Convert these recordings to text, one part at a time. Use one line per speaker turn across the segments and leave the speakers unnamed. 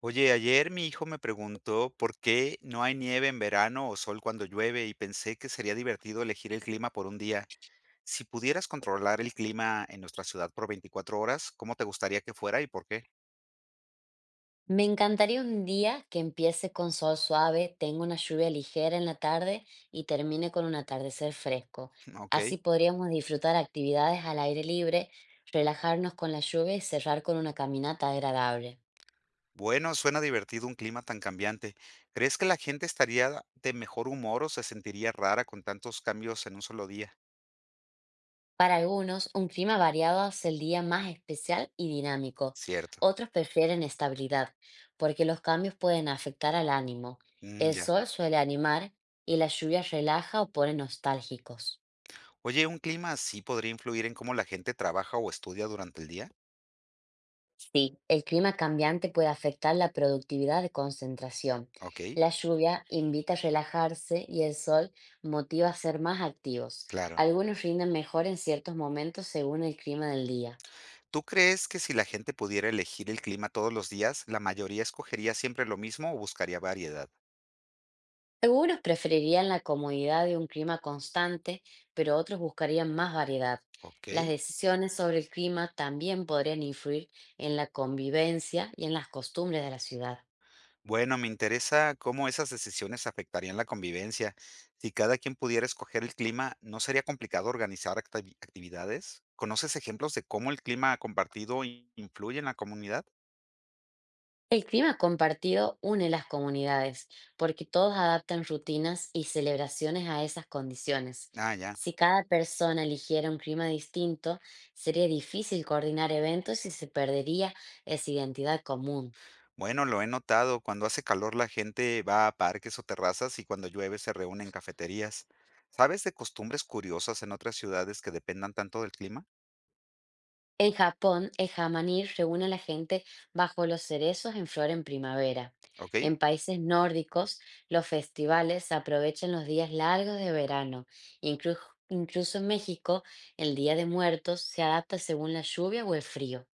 Oye, ayer mi hijo me preguntó por qué no hay nieve en verano o sol cuando llueve y pensé que sería divertido elegir el clima por un día. Si pudieras controlar el clima en nuestra ciudad por 24 horas, ¿cómo te gustaría que fuera y por qué?
Me encantaría un día que empiece con sol suave, tenga una lluvia ligera en la tarde y termine con un atardecer fresco.
Ok.
Así podríamos disfrutar actividades al aire libre, relajarnos con la lluvia y cerrar con una caminata agradable.
Bueno, suena divertido un clima tan cambiante. ¿Crees que la gente estaría de mejor humor o se sentiría rara con tantos cambios en un solo día?
Para algunos, un clima variado hace el día más especial y dinámico.
Cierto.
Otros prefieren estabilidad, porque los cambios pueden afectar al ánimo.
Mm,
El
ya.
sol suele animar y la lluvia relaja o pone nostálgicos.
Oye, ¿un clima así podría influir en cómo la gente trabaja o estudia durante el día?
Sí, el clima cambiante puede afectar la productividad de concentración.
Ok,
La lluvia invita a relajarse y el sol motiva a ser más activos.
claro.
Algunos rinden mejor en ciertos momentos según el clima del día.
¿Tú crees que si la gente pudiera elegir el clima todos los días, la mayoría escogería siempre lo mismo o buscaría variedad?
Algunos preferirían la comodidad de un clima constante, pero otros buscarían más variedad.
Ok.
Las decisiones sobre el clima también podrían influir en la convivencia y en las costumbres de la ciudad.
Bueno, me interesa cómo esas decisiones afectarían la convivencia. Si cada quien pudiera escoger el clima, ¿no sería complicado organizar actividades? ¿Conoces ejemplos de cómo el clima compartido influye en la comunidad?
El clima compartido une las comunidades, porque todos adaptan rutinas y celebraciones a esas condiciones.
Ah, ya.
Si cada persona eligiera un clima distinto, sería difícil coordinar eventos y se perdería esa identidad común.
Bueno, lo he notado. Cuando hace calor la gente va a parques o terrazas y cuando llueve se reúne en cafeterías. ¿Sabes de costumbres curiosas en otras ciudades que dependan tanto del clima?
En Japón, el hamaní reúne a la gente bajo los cerezos en flor en primavera.
Okey.
En países nórdicos, los festivales aprovechan los días largos de verano. Incluso, incluso en México, el Día de Muertos se adapta según la lluvia o el frío.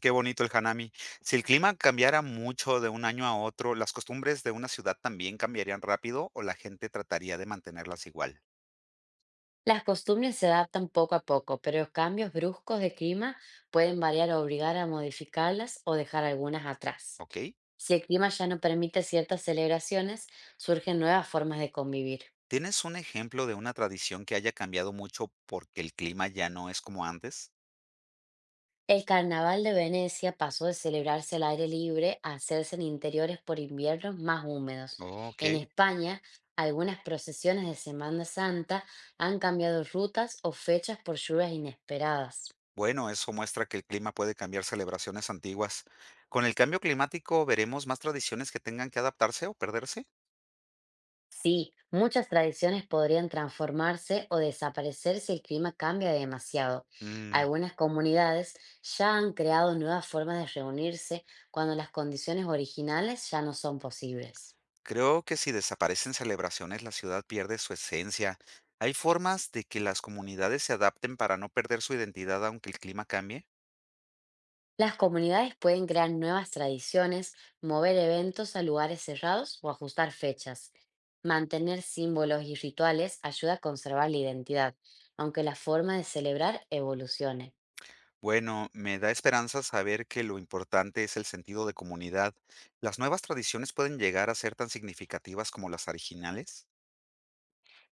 Qué bonito el hanami. Si el clima cambiara mucho de un año a otro, ¿las costumbres de una ciudad también cambiarían rápido o la gente trataría de mantenerlas igual?
Las costumbres se adaptan poco a poco, pero los cambios bruscos de clima pueden variar o obligar a modificarlas o dejar algunas atrás.
Okey.
Si el clima ya no permite ciertas celebraciones, surgen nuevas formas de convivir.
¿Tienes un ejemplo de una tradición que haya cambiado mucho porque el clima ya no es como antes?
El carnaval de Venecia pasó de celebrarse al aire libre a hacerse en interiores por inviernos más húmedos. En
Okey.
España, algunas procesiones de Semana Santa han cambiado rutas o fechas por lluvias inesperadas.
Bueno, eso muestra que el clima puede cambiar celebraciones antiguas. ¿Con el cambio climático veremos más tradiciones que tengan que adaptarse o perderse?
Sí, muchas tradiciones podrían transformarse o desaparecer si el clima cambia demasiado.
Mm.
Algunas comunidades ya han creado nuevas formas de reunirse cuando las condiciones originales ya no son posibles.
Creo que si desaparecen celebraciones, la ciudad pierde su esencia. ¿Hay formas de que las comunidades se adapten para no perder su identidad aunque el clima cambie?
Las comunidades pueden crear nuevas tradiciones, mover eventos a lugares cerrados o ajustar fechas. Mantener símbolos y rituales ayuda a conservar la identidad, aunque la forma de celebrar evolucione.
Bueno, me da esperanza saber que lo importante es el sentido de comunidad. ¿Las nuevas tradiciones pueden llegar a ser tan significativas como las originales?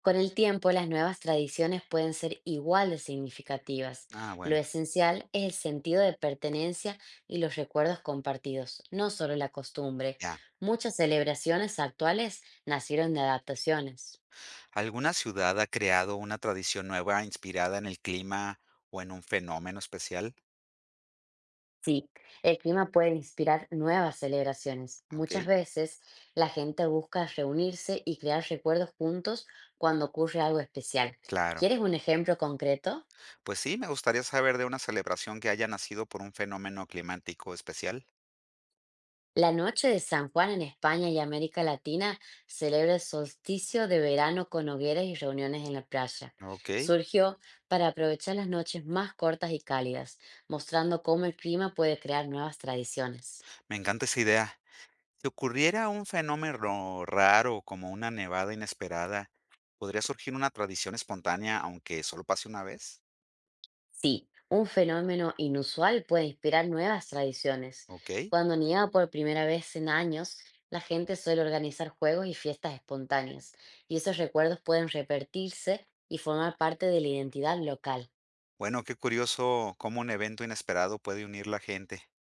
Con el tiempo, las nuevas tradiciones pueden ser igual de significativas.
Ah,
Lo
bueno,
esencial es el sentido de pertenencia y los recuerdos compartidos, no solo la costumbre.
ya.
Muchas celebraciones actuales nacieron de adaptaciones.
¿Alguna ciudad ha creado una tradición nueva inspirada en el clima o en un fenómeno especial?
Sí, el clima puede inspirar nuevas celebraciones.
Ok,
Muchas veces la gente busca reunirse y crear recuerdos juntos cuando ocurre algo especial.
claro.
¿Quieres un ejemplo concreto?
Pues sí, me gustaría saber de una celebración que haya nacido por un fenómeno climático especial.
La noche de San Juan en España y América Latina celebra el solsticio de verano con hogueras y reuniones en la playa.
Ok,
Surgió para aprovechar las noches más cortas y cálidas, mostrando cómo el clima puede crear nuevas tradiciones.
me encanta esa idea. Si ocurriera un fenómeno raro como una nevada inesperada, ¿podría surgir una tradición espontánea aunque solo pase una vez?
Sí, un fenómeno inusual puede inspirar nuevas tradiciones.
Ok,
Cuando nieva por primera vez en años, la gente suele organizar juegos y fiestas espontáneas, y esos recuerdos pueden repetirse y formar parte de la identidad local.
bueno, qué curioso cómo un evento inesperado puede unir la gente.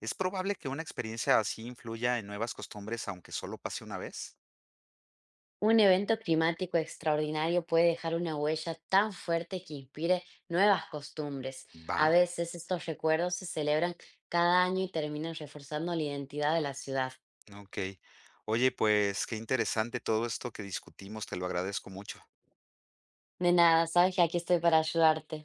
¿Es probable que una experiencia así influya en nuevas costumbres aunque solo pase una vez?
Un evento climático extraordinario puede dejar una huella tan fuerte que inspire nuevas costumbres.
Va,
A veces estos recuerdos se celebran cada año y terminan reforzando la identidad de la ciudad.
ok. Oye, pues qué interesante todo esto que discutimos, te lo agradezco mucho.
De nada, sabes que aquí estoy para ayudarte.